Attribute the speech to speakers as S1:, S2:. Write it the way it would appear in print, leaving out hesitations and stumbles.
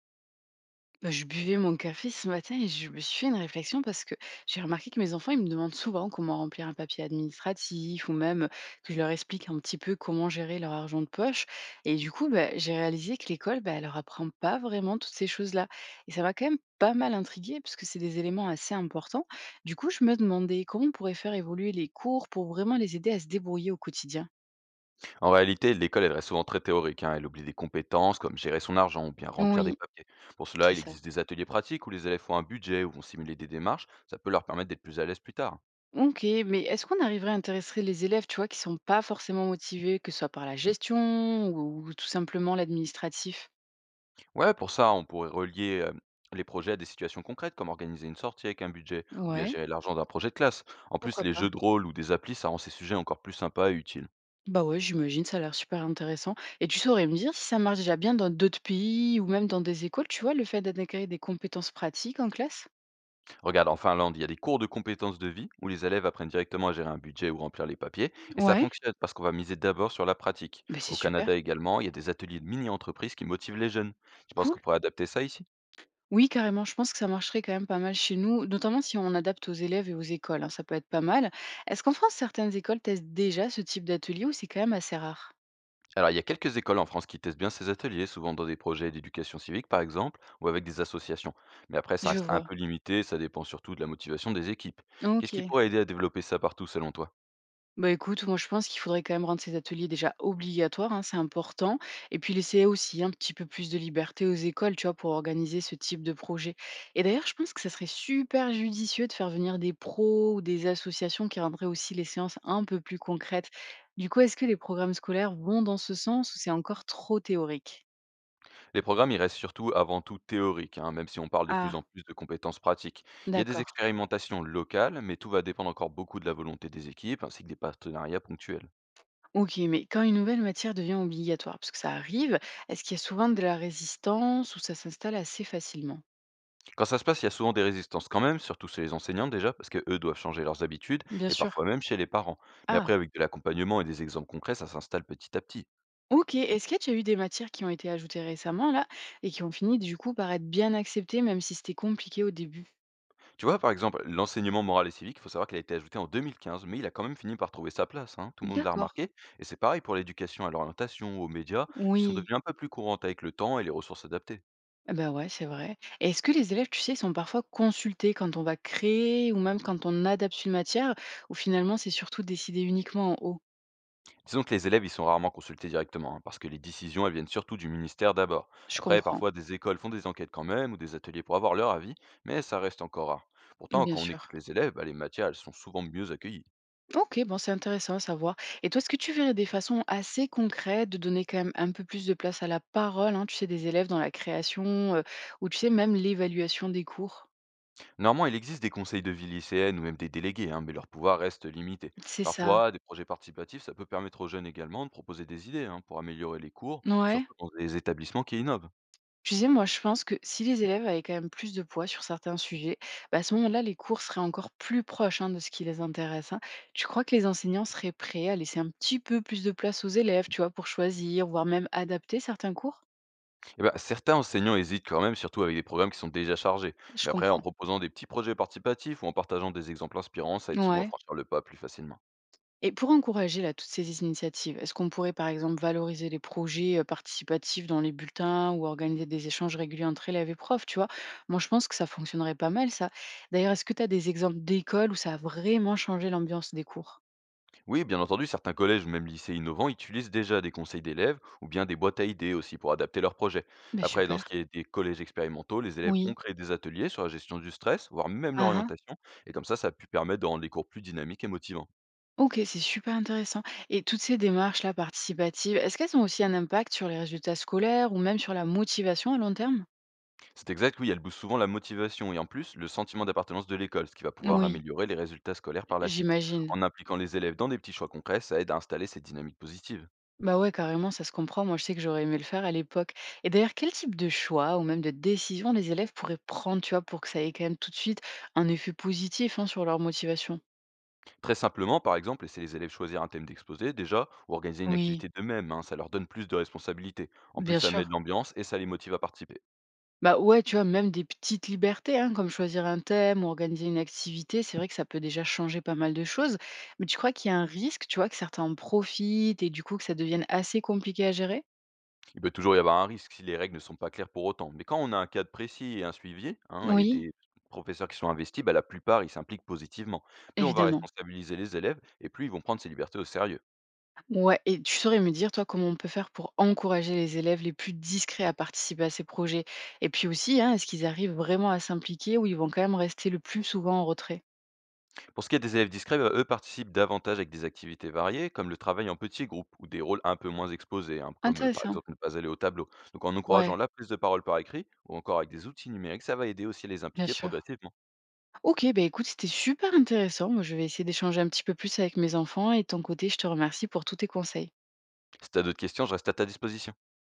S1: Bah, je buvais mon café ce matin et je me suis fait une réflexion parce que j'ai remarqué que mes enfants, ils me demandent souvent comment remplir un papier administratif ou même que je leur explique un petit peu comment gérer leur argent de poche. Et du coup, bah, j'ai réalisé que l'école, bah, elle leur apprend pas vraiment toutes ces choses-là. Et ça m'a quand même pas mal intriguée parce que c'est des éléments assez importants. Du coup, je me demandais comment on pourrait faire évoluer les cours pour vraiment les aider à se débrouiller au quotidien.
S2: En réalité, l'école, elle reste souvent très théorique, hein. Elle oublie des compétences comme gérer son argent ou bien remplir des
S1: Oui,
S2: papiers. Pour cela,
S1: c'est
S2: il
S1: ça.
S2: existe des ateliers pratiques où les élèves font un budget ou vont simuler des démarches. Ça peut leur permettre d'être plus à l'aise plus tard.
S1: OK, mais est-ce qu'on arriverait à intéresser les élèves, tu vois, qui sont pas forcément motivés, que ce soit par la gestion ou tout simplement l'administratif?
S2: Ouais, pour ça, on pourrait relier les projets à des situations concrètes comme organiser une sortie avec un budget ou bien
S1: Ouais,
S2: gérer l'argent d'un projet de classe. En plus,
S1: pourquoi
S2: les
S1: pas?
S2: jeux de rôle ou des applis, ça rend ces sujets encore plus sympas et utiles.
S1: Bah ouais, j'imagine, ça a l'air super intéressant. Et tu saurais me dire si ça marche déjà bien dans d'autres pays ou même dans des écoles, tu vois, le fait d'intégrer des compétences pratiques en classe?
S2: Regarde, en Finlande, il y a des cours de compétences de vie où les élèves apprennent directement à gérer un budget ou remplir les papiers, et ça
S1: Ouais,
S2: fonctionne parce qu'on va miser d'abord sur la pratique.
S1: bah c'est
S2: Au Canada
S1: super,
S2: également, il y a des ateliers de mini-entreprises qui motivent les jeunes. Tu penses
S1: cool.
S2: qu'on pourrait adapter ça ici?
S1: Oui, carrément, je pense que ça marcherait quand même pas mal chez nous, notamment si on adapte aux élèves et aux écoles, hein, ça peut être pas mal. Est-ce qu'en France, certaines écoles testent déjà ce type d'atelier ou c'est quand même assez rare?
S2: Alors, il y a quelques écoles en France qui testent bien ces ateliers, souvent dans des projets d'éducation civique par exemple, ou avec des associations. Mais après, ça
S1: Je
S2: reste un
S1: vois.
S2: peu limité, ça dépend surtout de la motivation des équipes. Qu'est-ce qui
S1: OK.
S2: pourrait aider à développer ça partout selon toi?
S1: Bah, écoute, moi, je pense qu'il faudrait quand même rendre ces ateliers déjà obligatoires, hein, c'est important. Et puis laisser aussi un petit peu plus de liberté aux écoles, tu vois, pour organiser ce type de projet. Et d'ailleurs, je pense que ça serait super judicieux de faire venir des pros ou des associations qui rendraient aussi les séances un peu plus concrètes. Du coup, est-ce que les programmes scolaires vont dans ce sens ou c'est encore trop théorique?
S2: Les programmes, ils restent surtout avant tout théoriques, hein, même si on parle de plus
S1: Ah,
S2: en plus de compétences pratiques. Il y a des
S1: d'accord.
S2: expérimentations locales, mais tout va dépendre encore beaucoup de la volonté des équipes, ainsi que des partenariats ponctuels.
S1: Ok, mais quand une nouvelle matière devient obligatoire, parce que ça arrive, est-ce qu'il y a souvent de la résistance ou ça s'installe assez facilement?
S2: Quand ça se passe, il y a souvent des résistances quand même, surtout chez les enseignants déjà, parce que eux doivent changer leurs habitudes,
S1: Bien
S2: et
S1: sûr.
S2: parfois même chez les parents. Mais après,
S1: Ah,
S2: avec de l'accompagnement et des exemples concrets, ça s'installe petit à petit.
S1: OK. Est-ce que tu as eu des matières qui ont été ajoutées récemment là et qui ont fini du coup par être bien acceptées même si c'était compliqué au début?
S2: Tu vois, par exemple, l'enseignement moral et civique, il faut savoir qu'il a été ajouté en 2015, mais il a quand même fini par trouver sa place, hein. Tout le monde l'a
S1: D'accord.
S2: remarqué. Et c'est pareil pour l'éducation à l'orientation, aux médias, qui sont
S1: Oui,
S2: devenus un peu plus courantes avec le temps et les ressources adaptées.
S1: ah bah ouais, c'est vrai. Et est-ce que les élèves, tu sais, sont parfois consultés quand on va créer ou même quand on adapte une matière ou finalement c'est surtout décidé uniquement en haut?
S2: Disons que les élèves, ils sont rarement consultés directement, hein, parce que les décisions, elles viennent surtout du ministère d'abord.
S1: Je
S2: Après,
S1: comprends,
S2: parfois, des écoles font des enquêtes quand même, ou des ateliers pour avoir leur avis, mais ça reste encore rare. Pourtant,
S1: bien
S2: quand on
S1: sûr.
S2: écoute les élèves, bah, les matières, elles sont souvent mieux accueillies.
S1: Ok, bon, c'est intéressant à savoir. Et toi, est-ce que tu verrais des façons assez concrètes de donner quand même un peu plus de place à la parole, hein, tu sais, des élèves dans la création euh, ou tu sais, même l'évaluation des cours?
S2: Normalement, il existe des conseils de vie lycéennes ou même des délégués, hein, mais leur pouvoir reste limité.
S1: C'est ça.
S2: Parfois, des projets participatifs, ça peut permettre aux jeunes également de proposer des idées, hein, pour améliorer les cours,
S1: Ouais.
S2: surtout dans des établissements qui innovent.
S1: Tu sais, moi, je pense que si les élèves avaient quand même plus de poids sur certains sujets, bah, à ce moment-là, les cours seraient encore plus proches hein, de ce qui les intéresse. Hein. Tu crois que les enseignants seraient prêts à laisser un petit peu plus de place aux élèves, tu vois, pour choisir, voire même adapter certains cours?
S2: Eh ben, certains enseignants hésitent quand même, surtout avec des programmes qui sont déjà chargés.
S1: Je
S2: Mais après, en
S1: comprends.
S2: proposant des petits projets participatifs ou en partageant des exemples inspirants, ça aide souvent à
S1: Ouais.
S2: franchir le pas plus facilement.
S1: Et pour encourager là, toutes ces initiatives, est-ce qu'on pourrait par exemple valoriser les projets participatifs dans les bulletins ou organiser des échanges réguliers entre élèves et profs, tu vois? Moi, je pense que ça fonctionnerait pas mal, ça. D'ailleurs, est-ce que tu as des exemples d'écoles où ça a vraiment changé l'ambiance des cours?
S2: Oui, bien entendu, certains collèges ou même lycées innovants utilisent déjà des conseils d'élèves ou bien des boîtes à idées aussi pour adapter leurs projets.
S1: Ben
S2: Après, dans
S1: super.
S2: ce qui est des collèges expérimentaux, les élèves ont
S1: Oui.
S2: créé des ateliers sur la gestion du stress, voire même
S1: Ah ah.
S2: l'orientation, et comme ça a pu permettre de rendre les cours plus dynamiques et motivants.
S1: Ok, c'est super intéressant. Et toutes ces démarches-là participatives, est-ce qu'elles ont aussi un impact sur les résultats scolaires ou même sur la motivation à long terme?
S2: C'est exact, oui, elle booste souvent la motivation et en plus le sentiment d'appartenance de l'école, ce qui va pouvoir
S1: Oui,
S2: améliorer les résultats scolaires par la suite.
S1: j'imagine.
S2: En impliquant les élèves dans des petits choix concrets, ça aide à installer cette dynamique positive.
S1: Bah ouais, carrément, ça se comprend. Moi, je sais que j'aurais aimé le faire à l'époque. Et d'ailleurs, quel type de choix ou même de décision les élèves pourraient prendre, tu vois, pour que ça ait quand même tout de suite un effet positif hein, sur leur motivation?
S2: Très simplement, par exemple, laisser les élèves choisir un thème d'exposé, déjà, ou organiser une
S1: Oui,
S2: activité d'eux-mêmes, hein, ça leur donne plus de responsabilités. En plus,
S1: bien
S2: ça met de
S1: sûr.
S2: l'ambiance et ça les motive à participer.
S1: Bah ouais, tu vois, même des petites libertés, hein, comme choisir un thème ou organiser une activité, c'est vrai que ça peut déjà changer pas mal de choses. Mais tu crois qu'il y a un risque, tu vois, que certains en profitent et du coup que ça devienne assez compliqué à gérer?
S2: Il peut toujours y avoir un risque si les règles ne sont pas claires pour autant, mais quand on a un cadre précis et un suivi, hein, et
S1: Oui,
S2: des professeurs qui sont investis, bah, la plupart, ils s'impliquent positivement. Plus on va
S1: évidemment.
S2: responsabiliser les élèves, et plus ils vont prendre ces libertés au sérieux.
S1: Ouais et tu saurais me dire, toi, comment on peut faire pour encourager les élèves les plus discrets à participer à ces projets? Et puis aussi, hein, est-ce qu'ils arrivent vraiment à s'impliquer ou ils vont quand même rester le plus souvent en retrait?
S2: Pour ce qui est des élèves discrets, bah, eux participent davantage avec des activités variées, comme le travail en petits groupes ou des rôles un peu moins exposés, hein, comme par
S1: Intéressant.
S2: exemple ne pas aller au tableau. Donc en encourageant
S1: Ouais,
S2: la prise de parole par écrit ou encore avec des outils numériques, ça va aider aussi à les
S1: bien
S2: impliquer
S1: sûr.
S2: progressivement.
S1: Ok, bah écoute, c'était super intéressant. Moi, je vais essayer d'échanger un petit peu plus avec mes enfants et de ton côté, je te remercie pour tous tes conseils.
S2: Si tu as d'autres questions, je reste à ta disposition.